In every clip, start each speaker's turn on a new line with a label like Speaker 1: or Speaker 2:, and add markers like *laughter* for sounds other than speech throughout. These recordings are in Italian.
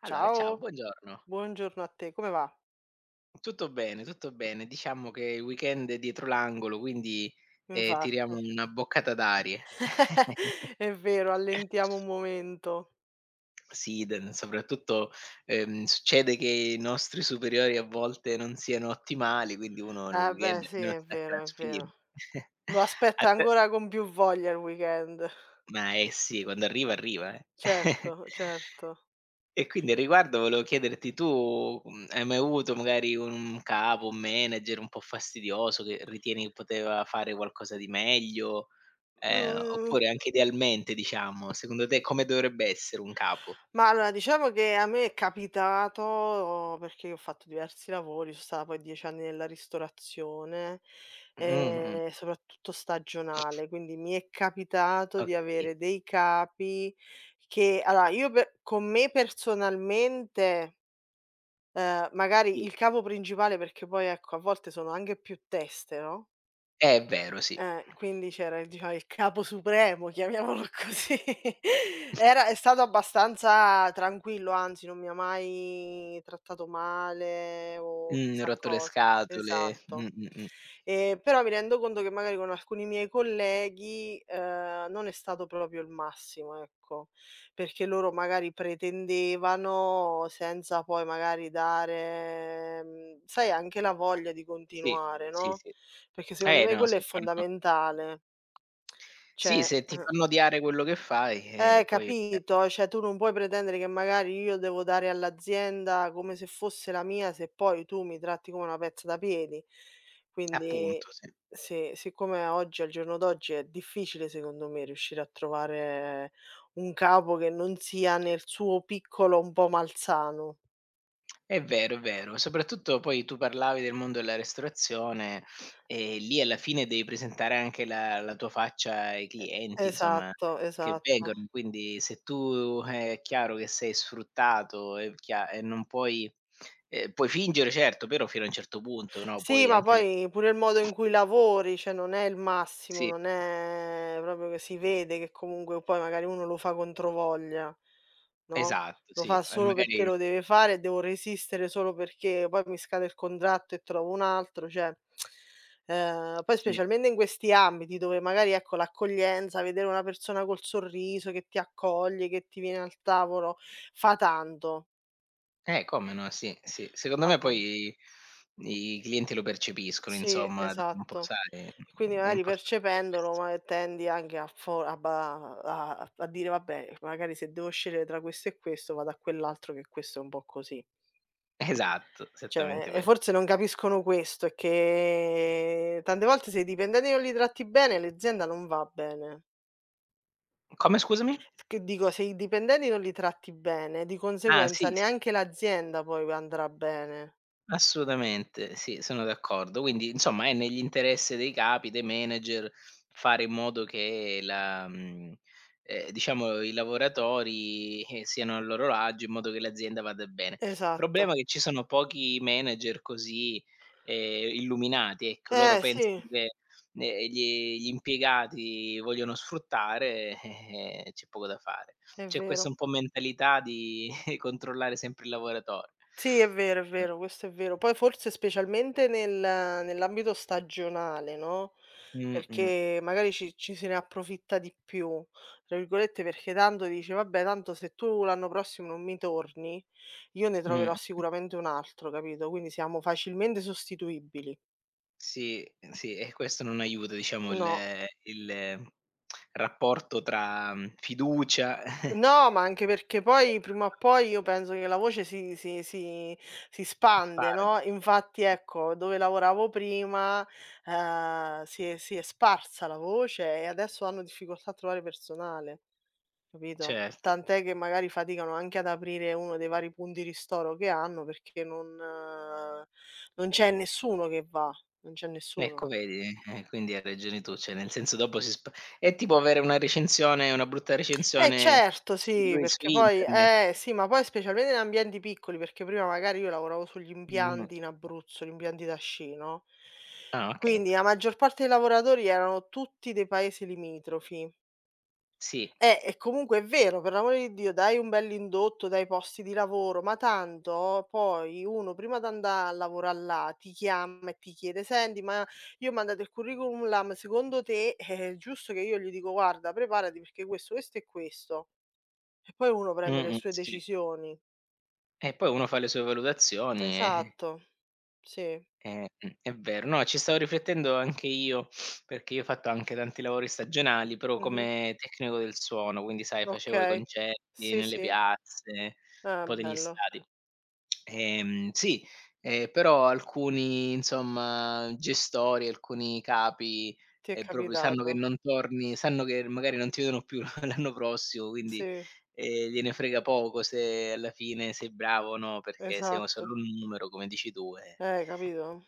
Speaker 1: Allora, ciao,
Speaker 2: Ciao,
Speaker 1: buongiorno.
Speaker 2: buongiorno a te, come va?
Speaker 1: Tutto bene, tutto bene. Diciamo che il weekend è dietro l'angolo, quindi, tiriamo
Speaker 2: Infatti.
Speaker 1: una boccata d'aria. *laughs*
Speaker 2: *laughs* È vero, allentiamo un momento.
Speaker 1: Sì, d soprattutto, succede che i nostri superiori a volte non siano ottimali, quindi uno nel
Speaker 2: Eh beh,
Speaker 1: weekend
Speaker 2: sì,
Speaker 1: almeno
Speaker 2: è
Speaker 1: stacca la
Speaker 2: vero, è
Speaker 1: spina.
Speaker 2: vero.
Speaker 1: *laughs*
Speaker 2: Lo
Speaker 1: A
Speaker 2: aspetta
Speaker 1: te
Speaker 2: ancora con più voglia il weekend.
Speaker 1: ma eh sì, quando arriva, arriva, eh.
Speaker 2: Certo,
Speaker 1: *laughs*
Speaker 2: certo.
Speaker 1: E quindi a riguardo volevo chiederti hai mai avuto magari un capo, un manager un po' fastidioso che ritieni che poteva fare qualcosa di meglio?
Speaker 2: Mh.
Speaker 1: Oppure anche idealmente diciamo, secondo te come dovrebbe essere un capo?
Speaker 2: Ma allora, diciamo che a me è capitato, perché io ho fatto diversi lavori, sono stata poi 10 anni nella ristorazione,
Speaker 1: Mh-mh.
Speaker 2: soprattutto stagionale, quindi mi è capitato di
Speaker 1: Okay,
Speaker 2: avere dei capi che allora io pe con me personalmente, magari il
Speaker 1: sì.
Speaker 2: capo principale perché poi ecco a volte sono anche più teste, no?
Speaker 1: È vero sì.
Speaker 2: Quindi c'era il diciamo il capo supremo, chiamiamolo così. *laughs* Era è stato abbastanza tranquillo, anzi non mi ha mai trattato male o chissà
Speaker 1: Rotto le
Speaker 2: cosa.
Speaker 1: scatole.
Speaker 2: Esatto. Però mi rendo conto che magari con alcuni miei colleghi, non è stato proprio il massimo, ecco, perché loro magari pretendevano senza poi magari dare, mhmm, sai anche la voglia di
Speaker 1: Sì,
Speaker 2: continuare,
Speaker 1: sì,
Speaker 2: no?
Speaker 1: sì.
Speaker 2: Perché secondo
Speaker 1: Eh
Speaker 2: me
Speaker 1: no,
Speaker 2: quello è
Speaker 1: se fanno
Speaker 2: fondamentale.
Speaker 1: sì,
Speaker 2: Cioè
Speaker 1: se ti
Speaker 2: eh,
Speaker 1: fanno odiare quello che fai, poi
Speaker 2: capito? Cioè tu non puoi pretendere che magari io devo dare all'azienda come se fosse la mia, se poi tu mi tratti come una pezza da piedi. Quindi
Speaker 1: appunto, sì.
Speaker 2: sì, siccome oggi al giorno d'oggi è difficile secondo me riuscire a trovare un capo che non sia nel suo piccolo un po' malsano.
Speaker 1: È vero, è vero. Soprattutto poi tu parlavi del mondo della ristorazione e lì alla fine devi presentare anche la tua faccia ai clienti, insomma,
Speaker 2: Esatto,
Speaker 1: che
Speaker 2: esatto.
Speaker 1: vengono. Quindi se tu è chiaro che sei sfruttato e chia e non puoi puoi fingere certo, però fino a un certo punto, no,
Speaker 2: Sì,
Speaker 1: poi
Speaker 2: ma
Speaker 1: anche le
Speaker 2: poi pure il modo in cui lavori, cioè non è il massimo,
Speaker 1: sì,
Speaker 2: non è proprio che si vede che comunque poi magari uno lo fa controvoglia, no,
Speaker 1: esatto,
Speaker 2: lo
Speaker 1: sì,
Speaker 2: fa
Speaker 1: e
Speaker 2: solo perché
Speaker 1: magari
Speaker 2: lo deve fare e devo resistere solo perché poi mi scade il contratto e trovo un altro, cioè poi
Speaker 1: sì.
Speaker 2: specialmente in questi ambiti dove magari, ecco, l'accoglienza, vedere una persona col sorriso che ti accoglie, che ti viene al tavolo, fa tanto,
Speaker 1: Come no, sì, sì. Secondo
Speaker 2: fa
Speaker 1: me
Speaker 2: tan
Speaker 1: poi i clienti lo percepiscono
Speaker 2: Sì,
Speaker 1: insomma dopo un po',
Speaker 2: esatto.
Speaker 1: sai,
Speaker 2: E quindi
Speaker 1: è
Speaker 2: magari
Speaker 1: importante
Speaker 2: percependolo,
Speaker 1: questo.
Speaker 2: ma tendi anche a fo a ba a a dire: "Vabbè, magari se devo scegliere tra questo e questo vado a quell'altro che questo è un po' così".
Speaker 1: Esatto, esattamente
Speaker 2: Cioè, e
Speaker 1: questo.
Speaker 2: forse non capiscono questo, è che tante volte se i dipendenti non li tratti bene, l'azienda non va bene.
Speaker 1: Come scusami?
Speaker 2: Che dico, se i dipendenti non li tratti bene, di
Speaker 1: Ah,
Speaker 2: conseguenza
Speaker 1: sì, sì.
Speaker 2: neanche l'azienda poi andrà bene.
Speaker 1: Assolutamente, sì, sono d'accordo. Quindi, insomma, è negli interesse dei capi, dei manager, fare in modo che diciamo i lavoratori, siano a loro agio, in modo che l'azienda vada bene. Il
Speaker 2: Esatto.
Speaker 1: problema è che ci sono pochi manager così, illuminati, ecco. Loro
Speaker 2: Eh sì,
Speaker 1: pensano che, ehm, gli impiegati vogliono sfruttare, c'è poco da fare.
Speaker 2: è
Speaker 1: C'è questa
Speaker 2: vero.
Speaker 1: un po' mentalità di *laughs* controllare sempre il lavoratore.
Speaker 2: Sì, è vero, questo è vero. Poi forse specialmente nell'ambito stagionale, no,
Speaker 1: Mh-mh,
Speaker 2: perché magari ci se ne approfitta di più, tra virgolette, perché tanto dice: "Vabbè, tanto se tu l'anno prossimo non mi torni, io ne troverò
Speaker 1: mh.
Speaker 2: sicuramente un altro", capito, quindi siamo facilmente sostituibili.
Speaker 1: Sì, sì, e questo non aiuta diciamo
Speaker 2: No.
Speaker 1: il rapporto tra, fiducia. *laughs*
Speaker 2: No, ma anche perché poi prima o
Speaker 1: *unintelligible*
Speaker 2: poi io penso che la voce si spande,
Speaker 1: Risparmio,
Speaker 2: no, infatti ecco, dove lavoravo prima, si è sparsa la voce e adesso hanno difficoltà a trovare personale, capito?
Speaker 1: certo.
Speaker 2: Tant'è che magari faticano anche ad aprire uno dei vari punti ristoro che hanno perché non c'è nessuno che va, non c'è nessuno.
Speaker 1: Ecco vedi, quindi hai ragione tu, cioè nel senso dopo si spa è tipo avere una brutta
Speaker 2: Eh
Speaker 1: recensione
Speaker 2: certo, sì,
Speaker 1: su
Speaker 2: perché poi
Speaker 1: internet.
Speaker 2: eh sì, ma poi specialmente in ambienti piccoli, perché prima magari io lavoravo sugli
Speaker 1: Mh.
Speaker 2: impianti in Abruzzo, gli impianti da sci, no,
Speaker 1: Ah okay,
Speaker 2: quindi la maggior parte dei lavoratori erano tutti dei paesi limitrofi.
Speaker 1: sì.
Speaker 2: E comunque è vero, per l'amore di Dio, dai un bell'indotto, dai posti di lavoro, ma tanto poi uno prima d'andà a lavora là ti chiama e ti chiede: "Senti, ma io ho mandato il curriculum là, ma secondo te è giusto che io". Gli dico: "Guarda, preparati perché questo e questo". E poi uno prende le
Speaker 1: Mh-mh,
Speaker 2: sue
Speaker 1: sì.
Speaker 2: decisioni.
Speaker 1: E poi uno fa le sue valutazioni e
Speaker 2: Esatto. Sì.
Speaker 1: È vero. No, ci stavo riflettendo anche io, perché io ho fatto anche tanti lavori stagionali, però
Speaker 2: Mh-mh.
Speaker 1: come tecnico del suono, quindi sai facevo i
Speaker 2: Okay.
Speaker 1: concerti
Speaker 2: Sì,
Speaker 1: nelle
Speaker 2: sì.
Speaker 1: piazze, un
Speaker 2: Ah,
Speaker 1: po' degli
Speaker 2: bello.
Speaker 1: stadi. Sì, però alcuni insomma gestori, alcuni capi,
Speaker 2: Ti è
Speaker 1: proprio sanno che
Speaker 2: capitato.
Speaker 1: non torni, sanno che magari non ti vedono più *laughs* l'anno prossimo, quindi,
Speaker 2: Sì,
Speaker 1: gliene frega poco se alla fine sei bravo o no, perché sei o
Speaker 2: esatto.
Speaker 1: solo un numero come dici tu, eh.
Speaker 2: Capito?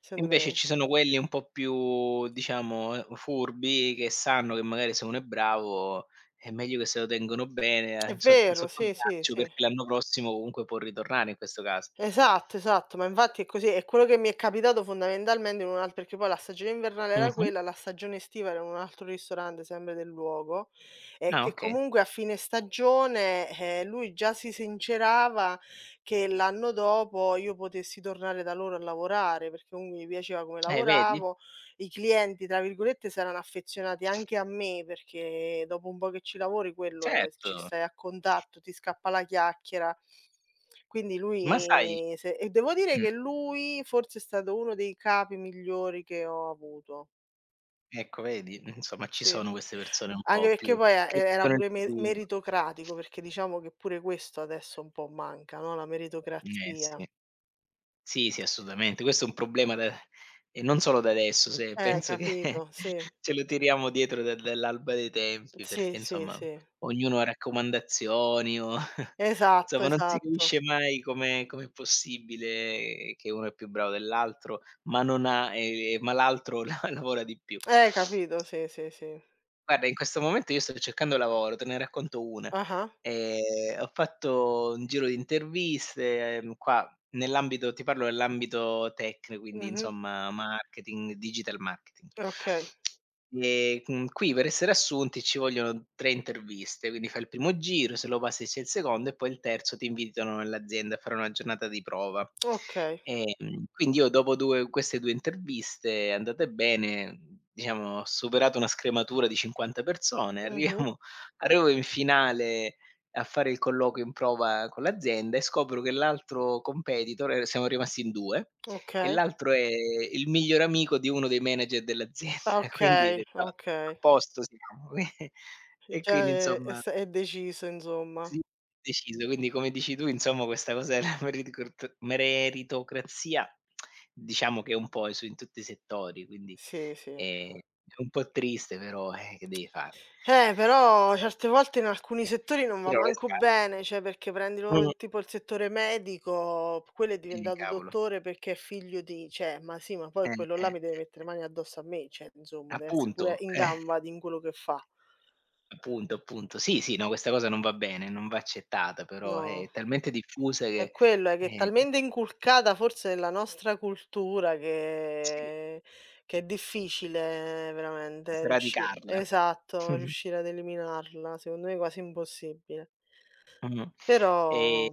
Speaker 2: Secondo
Speaker 1: Invece
Speaker 2: me
Speaker 1: ci sono quelli un po' più, diciamo, furbi che sanno che magari se uno è bravo è meglio che se lo tengono bene,
Speaker 2: è vero,
Speaker 1: sotto
Speaker 2: sì, sì,
Speaker 1: braccio,
Speaker 2: sì.
Speaker 1: perché l'anno prossimo comunque può ritornare in questo caso.
Speaker 2: Esatto, esatto, ma infatti è così. È quello che mi è capitato fondamentalmente in un alt perché poi la stagione invernale era
Speaker 1: Mh-mh.
Speaker 2: quella, la stagione estiva era in un altro ristorante, sempre del luogo, e
Speaker 1: Ah
Speaker 2: che
Speaker 1: okay.
Speaker 2: comunque a fine stagione, lui già si sincerava che l'anno dopo io potessi tornare da loro a lavorare, perché comunque gli piaceva come
Speaker 1: Vedi?
Speaker 2: lavoravo. I "clienti" tra virgolette s'erano affezionati anche a me, perché dopo un po' che ci lavori quello è ci
Speaker 1: Certo.
Speaker 2: stai a contatto, ti scappa la chiacchiera. Quindi
Speaker 1: Ma sai,
Speaker 2: lui se e devo dire
Speaker 1: mh,
Speaker 2: che lui forse è stato uno dei capi migliori che ho avuto.
Speaker 1: ecco vedi, insomma ci
Speaker 2: Sì.
Speaker 1: sono queste persone un
Speaker 2: Anche
Speaker 1: po'
Speaker 2: perché
Speaker 1: più
Speaker 2: poi e
Speaker 1: che
Speaker 2: era
Speaker 1: vedono il
Speaker 2: pure me
Speaker 1: futuro.
Speaker 2: meritocratico, perché diciamo che pure questo adesso un po' manca, no, la
Speaker 1: Eh
Speaker 2: meritocrazia.
Speaker 1: sì. Sì, sì, assolutamente. Questo è un problema da e non solo da adesso, se penso che *laughs*
Speaker 2: Capito, sì.
Speaker 1: ce lo tiriamo dietro da dall'alba dei tempi, perché
Speaker 2: Sì, sì,
Speaker 1: insomma
Speaker 2: sì.
Speaker 1: ognuno ha raccomandazioni o *laughs*
Speaker 2: Esatto,
Speaker 1: insomma non si
Speaker 2: esatto.
Speaker 1: capisce mai come com'è possibile che uno è più bravo dell'altro, ma non ha ma l'altro *laughs* la lavora di più.
Speaker 2: Capito, sì, sì, sì.
Speaker 1: Guarda, in questo momento io sto cercando lavoro, te ne racconto una.
Speaker 2: Ah-ah.
Speaker 1: Ho fatto un giro di interviste, qua Nell'ambito ti parlo dell'ambito tech, quindi
Speaker 2: Mh-mh.
Speaker 1: insomma marketing, digital marketing.
Speaker 2: Okay,
Speaker 1: Mhmm, qui per essere assunti ci vogliono tre interviste, quindi fai il primo giro, se lo passi c'è il secondo e poi il terzo ti invitano nell'azienda a fare una giornata di prova.
Speaker 2: okay.
Speaker 1: Quindi io dopo 2 queste due interviste andate bene, diciamo ho superato una scrematura di 50 persone, *laughs*
Speaker 2: Mh-mh.
Speaker 1: arriviamo arrivo in finale a fare il colloquio in prova con l'azienda e scopro che l'altro competitor, e siamo rimasti in due, e
Speaker 2: Okay.
Speaker 1: l'altro è il miglior amico di uno dei manager dell'azienda.
Speaker 2: Ah,
Speaker 1: *laughs* Quindi ho
Speaker 2: okay,
Speaker 1: detto: "Ah, a
Speaker 2: okay.
Speaker 1: posto siamo". *laughs* E
Speaker 2: Già
Speaker 1: quindi
Speaker 2: è è
Speaker 1: insomma
Speaker 2: s è deciso insomma.
Speaker 1: sì, deciso. Quindi come dici tu insomma questa cosa della *laughs* meritocrat meritocrazia, diciamo che è un po' su in tutti i settori, quindi
Speaker 2: Sì, sì.
Speaker 1: è è un po' triste, però, che devi fare?
Speaker 2: Però certe volte in alcuni settori
Speaker 1: Ti
Speaker 2: non va
Speaker 1: tirano le
Speaker 2: manco
Speaker 1: sca
Speaker 2: bene, cioè perché
Speaker 1: mh,
Speaker 2: prendilo tipo il settore medico, quello è diventato
Speaker 1: cavolo.
Speaker 2: dottore perché è figlio di cioè, ma sì, ma poi quello
Speaker 1: Eh.
Speaker 2: là mi deve mettere le mani addosso a me, cioè insomma deve essere pure
Speaker 1: Appunto,
Speaker 2: in gamba di in quello che fa.
Speaker 1: appunto, appunto. Sì, sì, no, questa cosa non va bene, non va accettata, però
Speaker 2: No.
Speaker 1: è talmente diffusa
Speaker 2: È
Speaker 1: che,
Speaker 2: quello, è che è
Speaker 1: ehm,
Speaker 2: talmente inculcata forse nella nostra cultura
Speaker 1: sì,
Speaker 2: che è difficile veramente riusci
Speaker 1: sradicarla.
Speaker 2: esatto,
Speaker 1: *laughs*
Speaker 2: riuscire ad eliminarla, secondo me è quasi impossibile.
Speaker 1: Mh-mh.
Speaker 2: Però
Speaker 1: Ehm,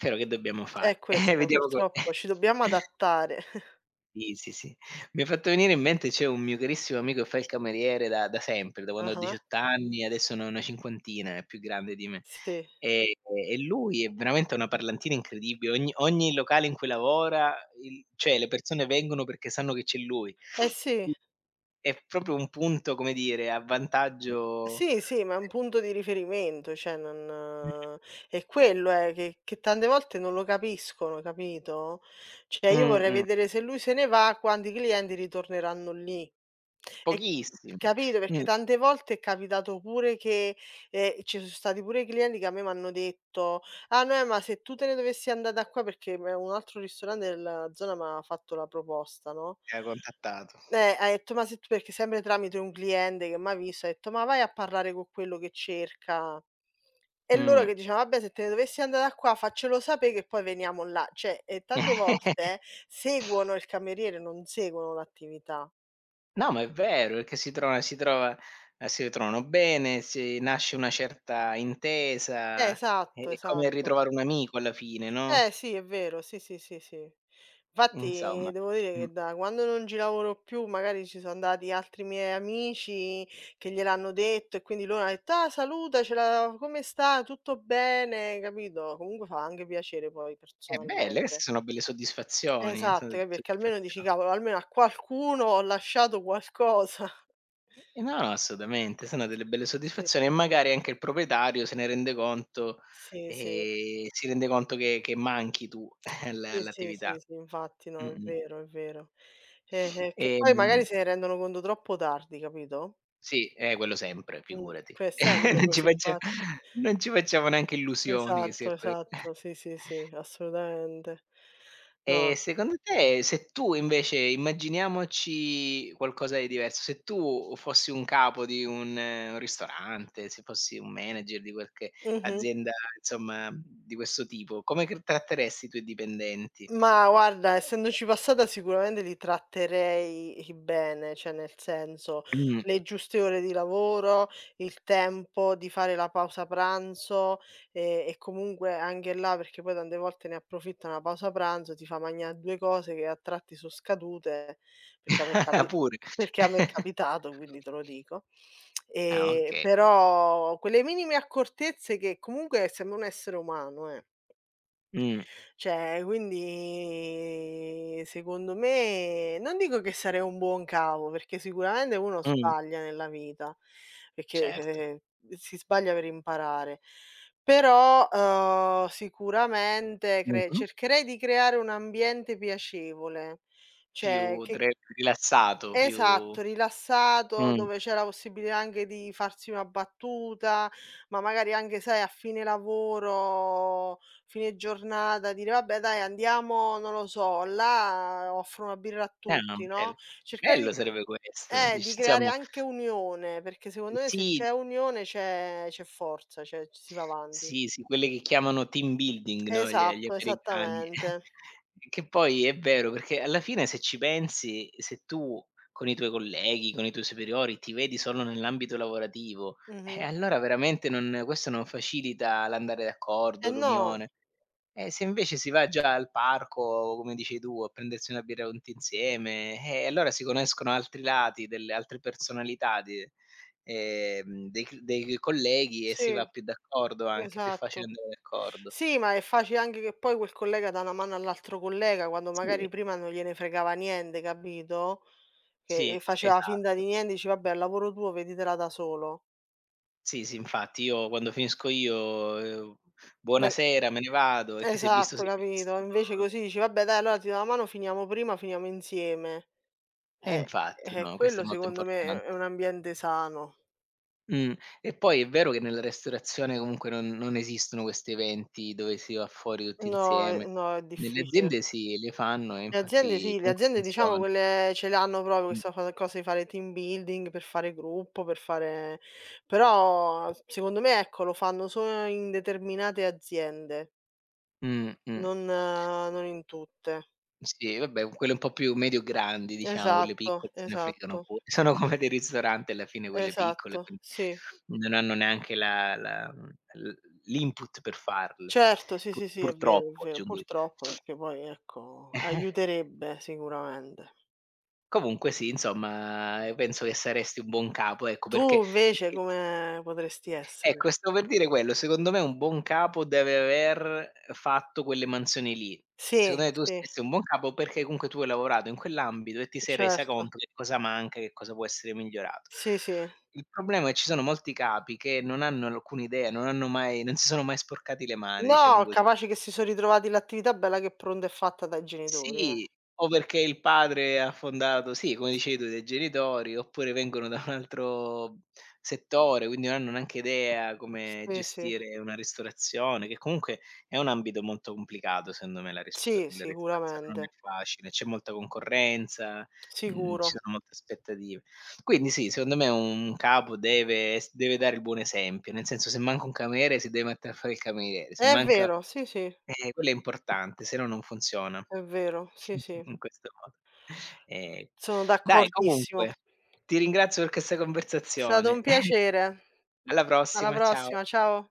Speaker 1: però che dobbiamo
Speaker 2: è
Speaker 1: fare? *laughs*
Speaker 2: questa
Speaker 1: Vediamo come.
Speaker 2: purtroppo, ci dobbiamo
Speaker 1: *laughs*
Speaker 2: adattare. *laughs*
Speaker 1: Sì, sì, sì. Mi hai fatto venire in mente, c'è un mio carissimo amico che fa il cameriere da sempre, da quando ho
Speaker 2: Ah-ah,
Speaker 1: 18 anni, adesso ne ho una cinquantina, è più grande di me.
Speaker 2: sì.
Speaker 1: Ehm, e lui è veramente una parlantina incredibile. Ogni locale in cui lavora, il cioè le persone vengono perché sanno che c'è lui.
Speaker 2: Eh sì.
Speaker 1: Qui è proprio un punto, come dire, a vantaggio.
Speaker 2: Sì, sì, ma è un punto di riferimento, cioè
Speaker 1: Mh,
Speaker 2: non è quello, che tante volte non lo capiscono, capito? Cioè io vorrei
Speaker 1: mh-mh,
Speaker 2: vedere se lui se ne va, quanti clienti ritorneranno lì. E
Speaker 1: pochissimi.
Speaker 2: capito, perché
Speaker 1: Mh,
Speaker 2: tante volte è capitato pure che, ci so' stati pure clienti che a me m'hanno detto: "Ah, no, ma se tu te ne dovessi andà da qua", perché me un altro ristorante della zona m'ha fatto la proposta, no?
Speaker 1: che ha contattato.
Speaker 2: Hai detto: "Ma se tu", perché sempre tramite un cliente che m'ha visto, ha detto: "Ma vai a parlare co' quello che cerca". E loro
Speaker 1: Mh.
Speaker 2: che dicevano: "Vabbè, se te ne dovessi andà da qua faccelo sapè che poi veniamo là". Cioè, e tante
Speaker 1: *laughs*
Speaker 2: volte seguono il cameriere, non seguono l'attività.
Speaker 1: No, ma è vero, perché si trovano bene, si nasce una certa intesa, è
Speaker 2: Esatto,
Speaker 1: è come
Speaker 2: esatto.
Speaker 1: ritrovare un amico alla fine,
Speaker 2: Eh
Speaker 1: no,
Speaker 2: sì, è vero, sì, sì, sì, sì.
Speaker 1: insomma.
Speaker 2: Infatti devo dire
Speaker 1: Mh,
Speaker 2: che da quando non ci lavoro più, magari ci sono andati altri miei amici che gliel'hanno detto e quindi loro hanno detto: "Ah salutacela, come sta? Tutto bene?" Capito? Comunque fa anche piacere poi
Speaker 1: è belle, queste
Speaker 2: personalmente.
Speaker 1: sono belle soddisfazioni, sono
Speaker 2: Esatto,
Speaker 1: delle
Speaker 2: perché almeno dici:
Speaker 1: soddisfazio
Speaker 2: "Cavolo, almeno a qualcuno ho lasciato qualcosa". *laughs*
Speaker 1: no, no, assolutamente, sono delle belle
Speaker 2: Sì,
Speaker 1: soddisfazioni e magari anche il proprietario se ne rende conto,
Speaker 2: sì, sì.
Speaker 1: si rende conto che manchi tu *laughs*
Speaker 2: Sì, sì,
Speaker 1: l'attività.
Speaker 2: sì, sì, infatti, no, è
Speaker 1: Mh-mh.
Speaker 2: vero, è vero. Che poi magari
Speaker 1: Ehm
Speaker 2: se ne rendono conto troppo tardi, capito?
Speaker 1: Sì, quello sempre, figurati.
Speaker 2: Que è
Speaker 1: *laughs*
Speaker 2: sempre
Speaker 1: Non ci
Speaker 2: così
Speaker 1: faccia
Speaker 2: infatti.
Speaker 1: non ci facciamo neanche illusioni che sia
Speaker 2: Esatto,
Speaker 1: que
Speaker 2: esatto, sì, sì, sì, assolutamente. No.
Speaker 1: E secondo te, se tu invece immaginiamoci qualcosa di diverso, se tu fossi un capo di un ristorante, se fossi un manager di qualche
Speaker 2: Mh-mh.
Speaker 1: azienda, insomma, di questo tipo, come che tratteresti i tuoi dipendenti?
Speaker 2: Ma guarda, essendoci passata sicuramente li tratterei bene, cioè nel senso,
Speaker 1: Mh.
Speaker 2: le giuste ore di lavoro, il tempo di fare la pausa pranzo, e comunque anche là, perché poi tante volte ne approfittano la pausa pranzo, ti fa magnà 2 cose che a tratti so scadute, perché a me è
Speaker 1: *laughs*
Speaker 2: capi
Speaker 1: Pure.
Speaker 2: perché a me è
Speaker 1: *laughs*
Speaker 2: capitato, quindi te lo dico.
Speaker 1: Ah, okay.
Speaker 2: Però quelle minime accortezze che comunque sembra un essere umano, eh.
Speaker 1: Mh,
Speaker 2: Cioè, quindi secondo me non dico che sarei un buon cavo, perché sicuramente uno
Speaker 1: mh,
Speaker 2: sbaglia nella vita, perché,
Speaker 1: certo.
Speaker 2: si sbaglia per imparare, però, sicuramente cre
Speaker 1: Mh-mh.
Speaker 2: cercherei di creare un ambiente piacevole, cioè
Speaker 1: Più
Speaker 2: che
Speaker 1: tre rilassato, più
Speaker 2: Esatto, rilassato,
Speaker 1: Mh.
Speaker 2: dove c'è la possibilità anche di farsi una battuta, ma magari anche, sai, a fine lavoro, fine giornata, dire: "Vabbè dai andiamo, non lo so, là offro una birra a
Speaker 1: Ma
Speaker 2: tutti", no,
Speaker 1: bello.
Speaker 2: cercare
Speaker 1: Bello sarebbe questo. Dici
Speaker 2: di creare
Speaker 1: insomma
Speaker 2: anche unione, perché secondo me se
Speaker 1: sì,
Speaker 2: c'è unione c'è forza, cioè ci si va avanti.
Speaker 1: sì, sì, quelle che chiamano team building, no, gli
Speaker 2: Esatto,
Speaker 1: americani.
Speaker 2: esattamente.
Speaker 1: *laughs* Che poi è vero, perché alla fine se ci pensi, se tu con i tuoi colleghi, con i tuoi superiori ti vedi solo nell'ambito lavorativo,
Speaker 2: Mh-mh.
Speaker 1: allora veramente non facilita l'andare d'accordo,
Speaker 2: Eh no,
Speaker 1: l'unione. Se invece si va già al parco, come dici tu, a prendersi una birra tutti insieme, allora si conoscono altri lati, delle altre personalità di dei c dei colleghi, e si
Speaker 2: sì.
Speaker 1: va più d'accordo anche, è più facile
Speaker 2: Esatto.
Speaker 1: andare d'accordo.
Speaker 2: Sì, ma è facile anche che poi quel collega dà una mano all'altro collega, quando
Speaker 1: Sì,
Speaker 2: magari prima non gliene fregava niente, capito? Che
Speaker 1: sì,
Speaker 2: che faceva finta
Speaker 1: esatto.
Speaker 2: di niente, dice: "Vabbè, è il lavoro tuo, veditela da solo".
Speaker 1: Sì, sì, infatti io quando finisco io:
Speaker 2: Beh
Speaker 1: "Buonasera, me ne vado", e chi si è visto
Speaker 2: esatto,
Speaker 1: si è
Speaker 2: capito?
Speaker 1: visto.
Speaker 2: Invece così dici: "Vabbè dai, allora ti do una mano, finiamo prima, finiamo insieme".
Speaker 1: E
Speaker 2: Eh,
Speaker 1: infatti, no, questo è
Speaker 2: quello
Speaker 1: molto
Speaker 2: secondo me
Speaker 1: importan
Speaker 2: è un ambiente sano.
Speaker 1: Mh. E poi è vero che nella ristorazione comunque non esistono questi eventi dove si va fuori tutti
Speaker 2: No,
Speaker 1: insieme.
Speaker 2: è no, è
Speaker 1: Nelle
Speaker 2: difficile.
Speaker 1: aziende sì, li fanno e
Speaker 2: Le aziende
Speaker 1: infatti
Speaker 2: sì, le
Speaker 1: comunque
Speaker 2: aziende diciamo
Speaker 1: funziona.
Speaker 2: quelle ce l'hanno proprio
Speaker 1: Mh.
Speaker 2: questa fa cosa di fare team building, per fare gruppo, per fare però secondo me ecco, lo fanno solo in determinate aziende,
Speaker 1: Mh, mh.
Speaker 2: non in tutte.
Speaker 1: Sì, vabbè, quelle un po' più medio grandi diciamo, quelle
Speaker 2: Esatto,
Speaker 1: piccole se ne fregano
Speaker 2: esatto.
Speaker 1: pure. *laughs* Sono
Speaker 2: Sì.
Speaker 1: come dei ristoranti alla fine quelle piccole,
Speaker 2: Esatto,
Speaker 1: quindi
Speaker 2: sì.
Speaker 1: non hanno neanche la la mhmm, l l'input per farle.
Speaker 2: Certo, sì,
Speaker 1: Pur
Speaker 2: sì, sì, è vero, è
Speaker 1: purtroppo
Speaker 2: vero.
Speaker 1: aggiungo io.
Speaker 2: Purtroppo perché poi ecco, aiuterebbe sicuramente.
Speaker 1: Comunque sì, insomma, penso che saresti un buon capo, ecco,
Speaker 2: Tu
Speaker 1: perché
Speaker 2: invece come potresti essere?
Speaker 1: ecco, stavo per dire quello, secondo me un buon capo deve aver fatto quelle mansioni lì.
Speaker 2: Sì,
Speaker 1: Secondo me tu
Speaker 2: sì,
Speaker 1: saresti un buon capo perché comunque tu hai lavorato in quell'ambito e ti sei resa
Speaker 2: certo.
Speaker 1: conto che cosa manca, che cosa può essere migliorato.
Speaker 2: Sì, sì.
Speaker 1: Il problema è che ci sono molti capi che non hanno alcuna idea, non si sono mai sporcati le mani, diciamo
Speaker 2: No,
Speaker 1: cos
Speaker 2: capace che si so' ritrovati l'attività bella che pronta e fatta dai genitori, eh.
Speaker 1: Sì, o perché il padre ha fondato, sì, come dicevi tu, dei genitori, oppure vengono da un altro settore, quindi non hanno neanche idea come
Speaker 2: Sì, sì.
Speaker 1: gestire una ristorazione, che comunque è un ambito molto complicato, secondo me
Speaker 2: Sì,
Speaker 1: la ristorazione, non
Speaker 2: sicuramente,
Speaker 1: è facile, c'è molta concorrenza,
Speaker 2: sicuro.
Speaker 1: ci sono molte aspettative. Quindi sì, secondo me un capo deve dare il buon esempio, nel senso se manca un cameriere si deve mettere a fare il cameriere, se
Speaker 2: È
Speaker 1: manca
Speaker 2: vero, sì, sì,
Speaker 1: quello è importante, se no non funziona.
Speaker 2: è vero, sì,
Speaker 1: *laughs*
Speaker 2: sì.
Speaker 1: In questo modo. Ehm,
Speaker 2: Sono
Speaker 1: dai
Speaker 2: d'accordissimo.
Speaker 1: comunque ti ringrazio per questa
Speaker 2: È stato
Speaker 1: conversazione.
Speaker 2: un
Speaker 1: *laughs*
Speaker 2: piacere.
Speaker 1: Alla
Speaker 2: Alla
Speaker 1: prossima, ciao.
Speaker 2: prossima, ciao.